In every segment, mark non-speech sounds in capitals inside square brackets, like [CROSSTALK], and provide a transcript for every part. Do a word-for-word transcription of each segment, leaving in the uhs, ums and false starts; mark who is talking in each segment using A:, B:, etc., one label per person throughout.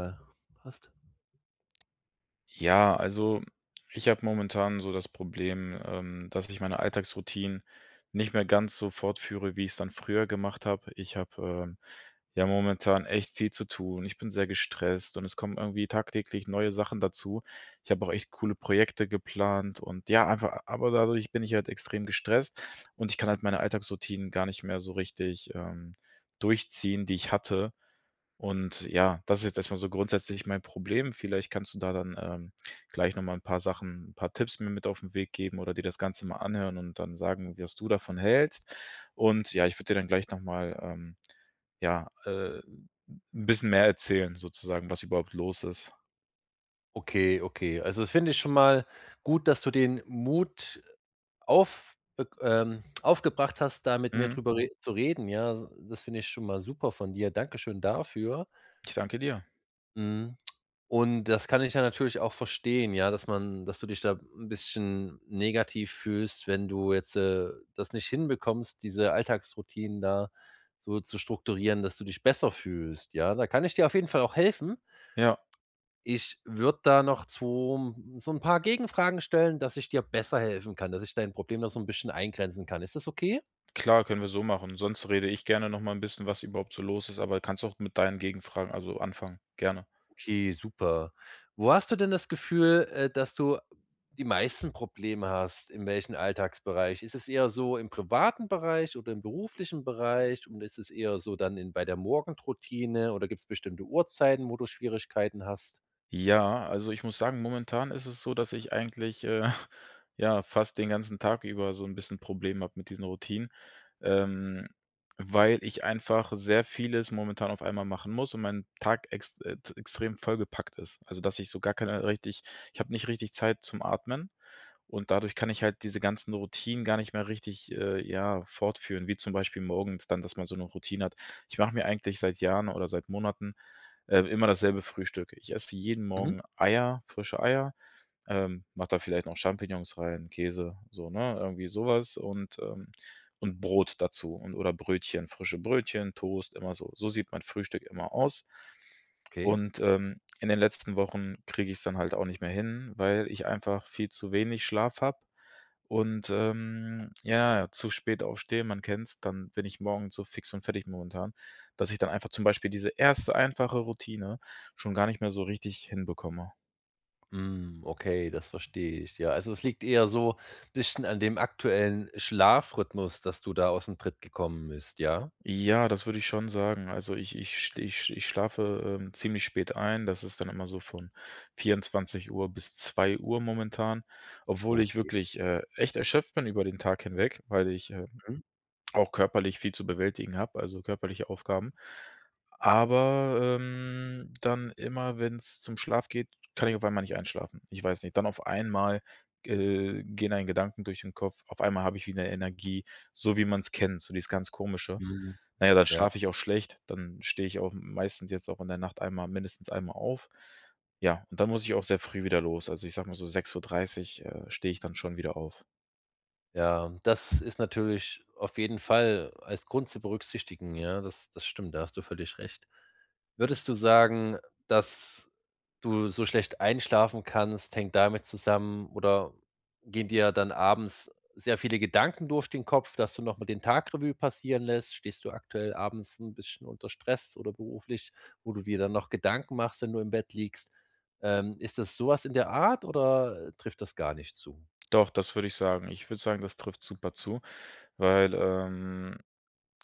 A: Äh, hast.
B: Ja, also ich habe momentan so das Problem, ähm, dass ich meine Alltagsroutinen nicht mehr ganz so fortführe, wie ich es dann früher gemacht habe. Ich habe, ähm, ja momentan echt viel zu tun. Ich bin sehr gestresst und es kommen irgendwie tagtäglich neue Sachen dazu. Ich habe auch echt coole Projekte geplant und ja, einfach aber dadurch bin ich halt extrem gestresst und ich kann halt meine Alltagsroutinen gar nicht mehr so richtig, ähm, durchziehen, die ich hatte. Und ja, das ist jetzt erstmal so grundsätzlich mein Problem. Vielleicht kannst du da dann, ähm, gleich noch mal 'n paar Sachen ein paar Tipps mir mit auf den Weg geben oder dir das Ganze mal anhören und dann sagen, was du davon hältst. Und ja, ich würde dir dann gleich noch mal, ähm, ja, äh, 'n bisschen mehr erzählen sozusagen, was überhaupt los ist.
A: Okay, okay. Also, das finde ich schon mal gut, dass du den Mut auf äh, ähm, aufgebracht hast, da mit mir
B: Mhm.
A: drüber Mhm. re zu reden, ja. Das finde ich schon mal super von dir. Dankeschön dafür.
B: Ich danke dir.
A: Mhm, und das kann ich ja natürlich auch verstehen, ja, dass man dass du dich da ein bisschen negativ fühlst, wenn du jetzt, äh, das nicht hinbekommst, diese Alltagsroutinen da so zu strukturieren, dass du dich besser fühlst, ja. Da kann ich dir auf jeden Fall auch helfen.
B: Ja,
A: Ich würde da noch zwei so ein paar Gegenfragen stellen, dass ich dir besser helfen kann, dass ich dein Problem noch so ein bisschen eingrenzen kann. Ist das okay?
B: klar, können wir so machen. Sonst rede ich gerne noch mal 'n bisschen, was überhaupt so los ist, aber kannst auch mit deinen Gegenfragen also, anfangen. Gerne.
A: Okay, super. Wo hast du denn das Gefühl, äh, dass du die meisten Probleme hast? In welchem Alltagsbereich? Ist es eher so im privaten Bereich oder im beruflichen Bereich und ist es eher so dann in bei der Morgenroutine oder gibt es bestimmte Uhrzeiten, wo du Schwierigkeiten hast?
B: Ja, also ich muss sagen, momentan ist es so, dass ich eigentlich, äh, [LAUGHS] ja, fast den ganzen Tag über so ein bisschen Problem habe mit diesen Routinen, ähm, weil ich einfach sehr vieles momentan auf einmal machen muss und mein Tag ex äh, t extrem vollgepackt ist. Also, dass ich so gar keine richtig ich habe nicht richtig Zeit zum Atmen und dadurch kann ich halt diese ganzen Routinen gar nicht mehr richtig, äh, ja, fortführen, wie zum Beispiel morgens dann, dass man so eine Routine hat. Ich mache mir eigentlich seit Jahren oder seit Monaten, ähm, immer dasselbe Frühstück. Ich esse jeden
A: Mhm,
B: Morgen Eier, frische Eier, ähm, mache da vielleicht noch Champignons rein, Käse, so, ne? Irgendwie sowas und, ähm und Brot dazu und oder Brötchen, frische Brötchen, Toast, immer so. So sieht mein Frühstück immer aus.
A: okay.
B: Und, ähm, in den letzten Wochen kriege ich es dann halt auch nicht mehr hin, weil ich einfach viel zu wenig Schlaf habe und, ähm, ja, zu spät aufstehe. Man kennt's, dann bin ich morgens so fix und fertig momentan, dass ich dann einfach zum Beispiel diese erste einfache Routine schon gar nicht mehr so richtig hinbekomme.
A: Hm, okay, das verstehe ich, ja. Also, es liegt eher so bisschen an dem aktuellen Schlafrhythmus, dass du da aus dem Tritt gekommen bist, ja?
B: Ja, das würde ich schon sagen. Also ich ich sch ich sch ich schlafe, ähm, ziemlich spät ein. Das ist dann immer so von vierundzwanzig Uhr bis zwei Uhr momentan, obwohl ich
A: Okay.
B: wirklich, äh, echt erschöpft bin über den Tag hinweg, weil ich, äh, auch körperlich viel zu bewältigen habe, also körperliche Aufgaben. Aber, ähm, dann immer, wenn es zum Schlaf geht, kann ich auf einmal nicht einschlafen. Ich weiß nicht, dann auf einmal, äh, gehen ein Gedanken durch den Kopf. Auf einmal habe ich wieder Energie, so wie man es kennt, so dieses ganz Komische.
A: Mhm.
B: Na ja, dann
A: Ja,
B: schlafe ich auch schlecht, dann stehe ich auch meistens jetzt auch in der Nacht einmal mindestens einmal auf. Ja, und dann muss ich auch sehr früh wieder los. Also, ich sag mal so sechs Uhr dreißig, dreißig äh, stehe ich dann schon wieder auf.
A: ja. Das ist natürlich auf jeden Fall als Grund zu berücksichtigen, ja. Das das stimmt, da hast du völlig recht. Würdest du sagen, dass du so schlecht einschlafen kannst, hängt damit zusammen oder gehen dir dann abends sehr viele Gedanken durch den Kopf, dass du noch mal den Tag Revue passieren lässt? Stehst du aktuell abends ein bisschen unter Stress oder beruflich, wo du dir dann noch Gedanken machst, wenn du im Bett liegst? Ähm, ist das sowas in der Art oder trifft das gar nicht zu?
B: Doch, das würde ich sagen. Ich würde sagen, das trifft super zu, weil, ähm,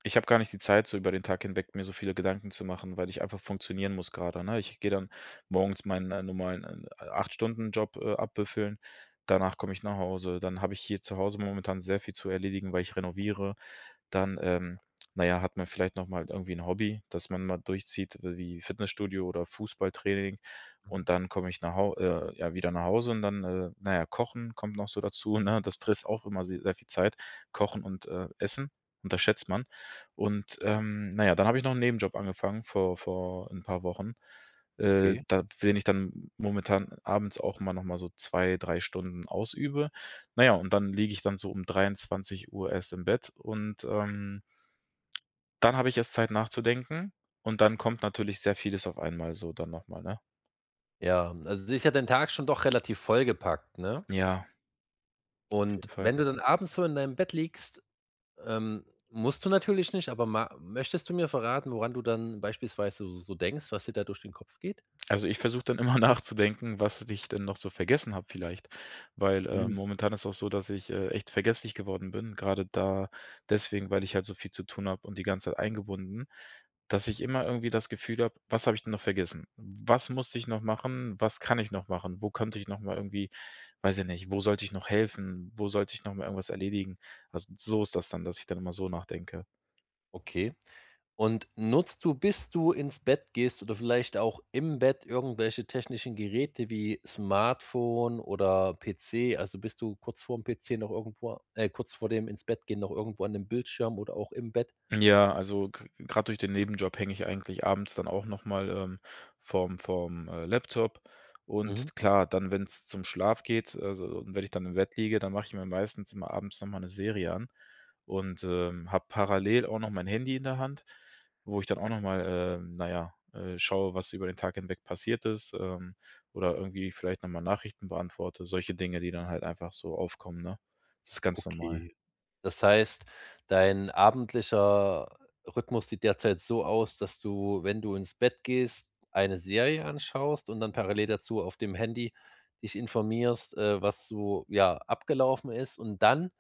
B: ich habe gar nicht die Zeit, so über den Tag hinweg mir so viele Gedanken zu machen, weil ich einfach funktionieren muss gerade, ne? Ich gehe dann morgens meinen, äh, normalen, äh, Acht-Stunden-Job, äh, abbüffeln. Danach komme ich nach Hause. Dann habe ich hier zu Hause momentan sehr viel zu erledigen, weil ich renoviere dann, ähm, na ja, hat man vielleicht noch mal irgendwie ein Hobby, das man mal durchzieht, äh, wie Fitnessstudio oder Fußballtraining. Und dann komme ich nach Hau äh, ja, wieder nach Hause und dann, äh, na ja, Kochen kommt noch so dazu, ne? Das frisst auch immer se sehr viel Zeit. Kochen und, äh, Essen unterschätzt man. Und, ähm, na ja, dann habe ich noch einen Nebenjob angefangen vor vor ein paar Wochen, äh,
A: Okay,
B: da den ich dann momentan abends auch mal noch mal so zwei drei Stunden ausübe. Na ja, und dann liege ich dann so um dreiundzwanzig Uhr erst im Bett und, ähm, dann habe ich erst Zeit nachzudenken und dann kommt natürlich sehr vieles auf einmal so dann nochmal, ne?
A: ja. Also, ist ja dein Tag schon doch relativ vollgepackt, ne?
B: Ja, auf
A: Und
B: jeden Fall.
A: wenn du dann abends so in deinem Bett liegst ähm, musst du natürlich nicht, aber ma möchtest du mir verraten, woran du dann beispielsweise so so denkst, was dir da durch den Kopf geht?
B: Also, ich versuche dann immer [LAUGHS] nachzudenken, was ich denn noch so vergessen habe vielleicht, weil, äh,
A: Mhm.
B: momentan ist auch so, dass ich, äh, echt vergesslich geworden bin, gerade da deswegen, weil ich halt so viel zu tun habe und die ganze Zeit eingebunden, dass ich immer irgendwie das Gefühl habe: „Was habe ich denn noch vergessen? Was musste ich noch machen? Was kann ich noch machen? Wo könnte ich noch mal irgendwie weiß ich nicht, wo sollte ich noch helfen? Wo sollte ich noch mal irgendwas erledigen?“ Also, so ist das dann, dass ich dann immer so nachdenke.
A: Okay. Und nutzt du, bis du ins Bett gehst oder vielleicht auch im Bett irgendwelche technischen Geräte wie Smartphone oder P C? Also, bist du kurz vorm P C noch irgendwo äh, kurz vor dem ins Bett gehen noch irgendwo an dem Bildschirm oder auch im Bett?
B: Ja, also gerade durch den Nebenjob hänge ich eigentlich abends dann auch nochmal mal, ähm, vorm vorm, äh, Laptop.
A: Mhm,
B: Und klar, dann, wenn es zum Schlaf geht, also und wenn ich dann im Bett liege, dann mache ich mir meistens immer abends nochmal eine Serie an und, ähm, habe parallel auch noch mein Handy in der Hand, wo ich dann auch nochmal, mal, ähm, ja, äh, schaue, was über den Tag hinweg passiert ist, ähm, oder irgendwie vielleicht nochmal Nachrichten beantworte, solche Dinge, die dann halt einfach so aufkommen, ne? Das ist ganz normal.
A: okay. Das heißt, dein abendlicher Rhythmus sieht derzeit so aus, dass du, wenn du ins Bett gehst, eine Serie anschaust und dann parallel dazu auf dem Handy dich informierst, äh, was so, ja, abgelaufen ist und dann,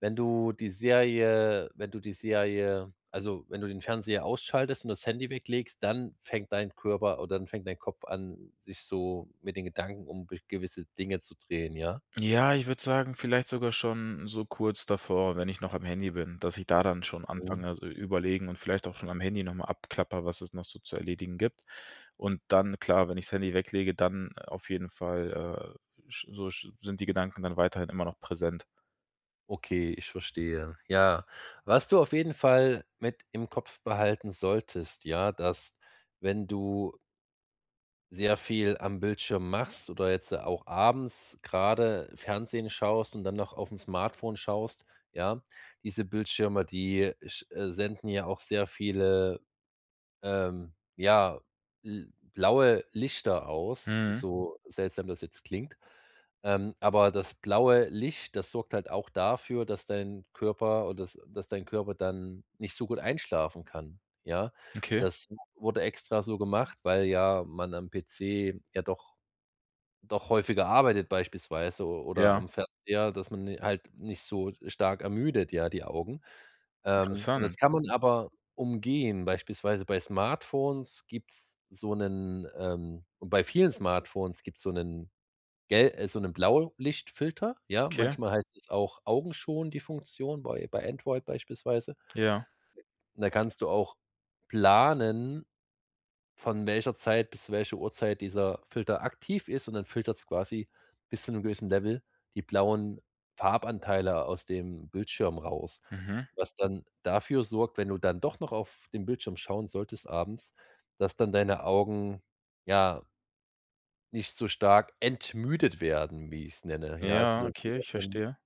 A: wenn du die Serie wenn du die Serie also, wenn du den Fernseher ausschaltest und das Handy weglegst, dann fängt dein Körper oder dann fängt dein Kopf an, sich so mit den Gedanken um be gewisse Dinge zu drehen, ja?
B: Ja, ich würde sagen, vielleicht sogar schon so kurz davor, wenn ich noch am Handy bin, dass ich da dann schon anfange, so überlegen und vielleicht auch schon am Handy nochmal abklappere, was es noch so zu erledigen gibt. Und dann, klar, wenn ich das Handy weglege, dann auf jeden Fall, äh, sch- so sch- sind die Gedanken dann weiterhin immer noch präsent.
A: Okay, ich verstehe. Ja, was du auf jeden Fall mit im Kopf behalten solltest, ja, dass wenn du sehr viel am Bildschirm machst oder jetzt äh, auch abends gerade Fernsehen schaust und dann noch auf dem Smartphone schaust, ja, diese Bildschirme, die sch äh, senden ja auch sehr viele ähm, ja, l blaue Lichter aus, Mhm.
B: Mhm.
A: so seltsam das jetzt klingt. Ähm, aber das blaue Licht, das sorgt halt auch dafür, dass dein Körper oder dass dass dein Körper dann nicht so gut einschlafen kann, ja?
B: Okay.
A: Das wurde extra so gemacht, weil ja man am P C ja doch doch häufiger arbeitet beispielsweise o oder
B: Ja,
A: am Fernseher, dass man halt nicht so stark ermüdet, ja, die Augen. Ähm, und das
B: interessant.
A: kann man aber umgehen. Beispielsweise bei Smartphones gibt es so einen ähm und bei vielen Smartphones gibt es so einen gel äh, so 'nen Blaulichtfilter, ja?
B: Okay.
A: Manchmal heißt es auch Augenschon, die Funktion, bei bei Android beispielsweise.
B: Ja.
A: Und da kannst du auch planen von welcher Zeit bis welcher Uhrzeit dieser Filter aktiv ist und dann filtert's quasi bis zu 'nem gewissen Level die blauen Farbanteile aus dem Bildschirm raus,
B: Mhm.
A: was dann dafür sorgt, wenn du dann doch noch auf den Bildschirm schauen solltest abends, dass dann deine Augen, ja, nicht so stark entmüdet werden, wie ich's nenne. Ja, also,
B: Ja,
A: dass du
B: okay, ich
A: das dann
B: verstehe.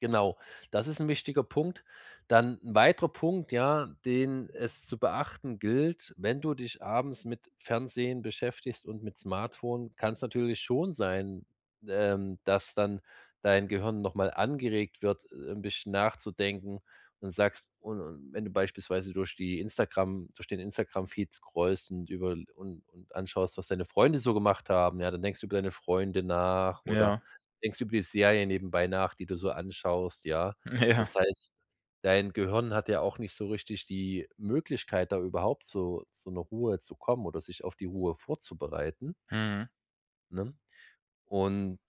A: genau, das ist 'n wichtiger Punkt. Dann 'n weiterer Punkt, ja, den es zu beachten gilt, wenn du dich abends mit Fernsehen beschäftigst und mit Smartphone, kann's natürlich schon sein, ähm, dass dann dein Gehirn noch mal angeregt wird, äh, 'n bisschen nachzudenken und sagst und und wenn du beispielsweise durch die Instagram durch den Instagram-Feed scrollst und über und und anschaust, was deine Freunde so gemacht haben, ja, dann denkst du über deine Freunde nach oder
B: Ja.
A: denkst über die Serie nebenbei nach, die du so anschaust, ja.
B: [LAUGHS] Ja.
A: Das heißt, dein Gehirn hat ja auch nicht so richtig die Möglichkeit, da überhaupt so zu 'ner Ruhe zu kommen oder sich auf die Ruhe vorzubereiten,
B: Mhm.
A: ne? Und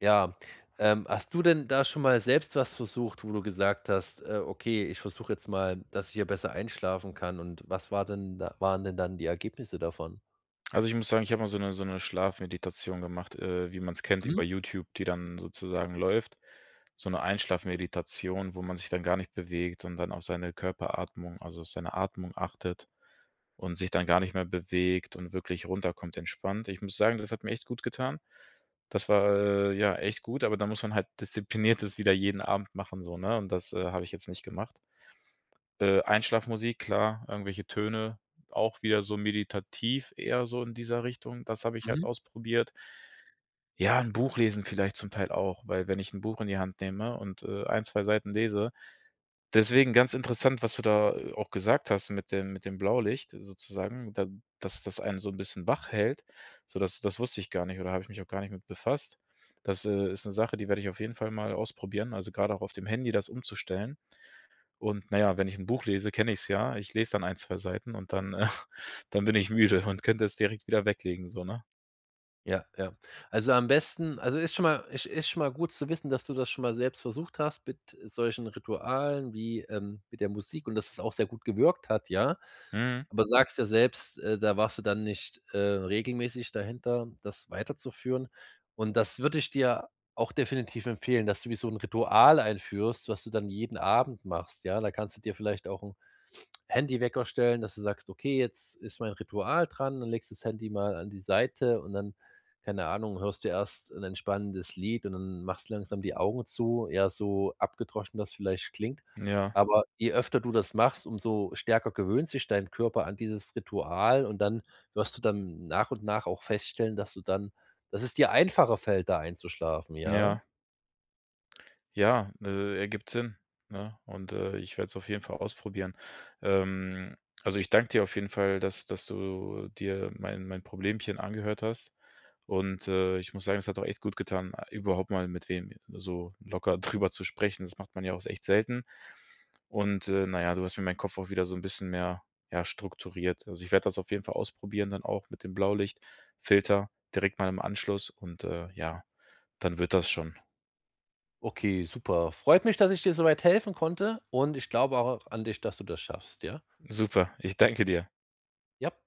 A: ja, ähm, hast du denn da schon mal selbst was versucht, wo du gesagt hast: „Äh, okay, ich versuche jetzt mal, dass ich hier besser einschlafen kann.“ Und was war denn da waren denn dann die Ergebnisse davon?
B: Also, ich muss sagen, ich habe mal so eine so 'ne Schlafmeditation gemacht, äh, wie man es kennt
A: Mhm,
B: über YouTube, die dann sozusagen läuft. So eine Einschlafmeditation, wo man sich dann gar nicht bewegt und dann auf seine Körperatmung also, auf seine Atmung achtet und sich dann gar nicht mehr bewegt und wirklich runterkommt entspannt. Ich muss sagen, das hat mir echt gut getan. Das war, äh, ja echt gut, aber da muss man halt [LAUGHS] diszipliniert das wieder jeden Abend machen so, ne? Und das, äh, habe ich jetzt nicht gemacht. Äh, Einschlafmusik, klar, irgendwelche Töne, auch wieder so meditativ eher so in dieser Richtung. Das habe ich halt
A: mhm.
B: ausprobiert. Ja, 'n Buch lesen vielleicht zum Teil auch, weil wenn ich 'n Buch in die Hand nehme und, äh, ein, zwei Seiten lese deswegen ganz interessant, was du da, äh, auch gesagt hast mit dem mit dem Blaulicht sozusagen, da dass das einen so 'n bisschen wach hält. So, das das wusste ich gar nicht oder habe ich mich auch gar nicht mit befasst. Das, äh, ist 'ne Sache, die werde ich auf jeden Fall mal ausprobieren, also, grade auch auf dem Handy das umzustellen. Und naja wenn ich ein Buch lese, kenne ich's ja. Ich lese dann ein zwei Seiten und dann, äh [LAUGHS] dann bin ich müde und könnte es direkt wieder weglegen so, ne?
A: Ja, ja. Also, am besten also, ist schon mal ist ist schon mal gut zu wissen, dass du das schon mal selbst versucht hast mit solchen Ritualen wie, ähm, mit der Musik und dass es auch sehr gut gewirkt hat, ja.
B: Mhm.
A: Aber sagst ja selbst, äh, da warst du dann nicht, äh, regelmäßig dahinter, das weiterzuführen. Und das würde ich dir auch definitiv empfehlen, dass du wie so ein Ritual einführst, was du dann jeden Abend machst, ja? Da kannst du dir vielleicht auch 'n Handywecker stellen, dass du sagst: „Okay, jetzt ist mein Ritual dran.“ Dann legst du das Handy mal an die Seite und dann, keine Ahnung, hörst du erst ein entspannendes Lied und dann machst du langsam die Augen zu, ja, so abgedroschen das vielleicht klingt.
B: Ja,
A: Aber je öfter du das machst, umso stärker gewöhnt sich dein Körper an dieses Ritual und dann wirst du dann nach und nach auch feststellen, dass du dann dass es dir einfacher fällt, da einzuschlafen, ja?
B: ja. Ja, äh, ergibt Sinn, ne? Und, äh, ich werde es auf jeden Fall ausprobieren. Ähm, also, ich danke dir auf jeden Fall, dass dass du dir mein mein Problemchen angehört hast. Und, äh, ich muss sagen, es hat auch echt gut getan, äh, überhaupt mal mit wem so locker [LAUGHS] drüber zu sprechen. Das macht man ja auch echt selten. Und, äh, na ja, du hast mir meinen Kopf auch wieder so ein bisschen mehr, ja, strukturiert. Also, ich werde das auf jeden Fall ausprobieren dann auch mit dem Blaulichtfilter direkt mal im Anschluss und, äh, ja, dann wird das schon.
A: Okay, super. Freut mich, dass ich dir so weit helfen konnte und ich glaube auch an dich, dass du das schaffst, ja?
B: Super, ich danke dir.
A: Ja.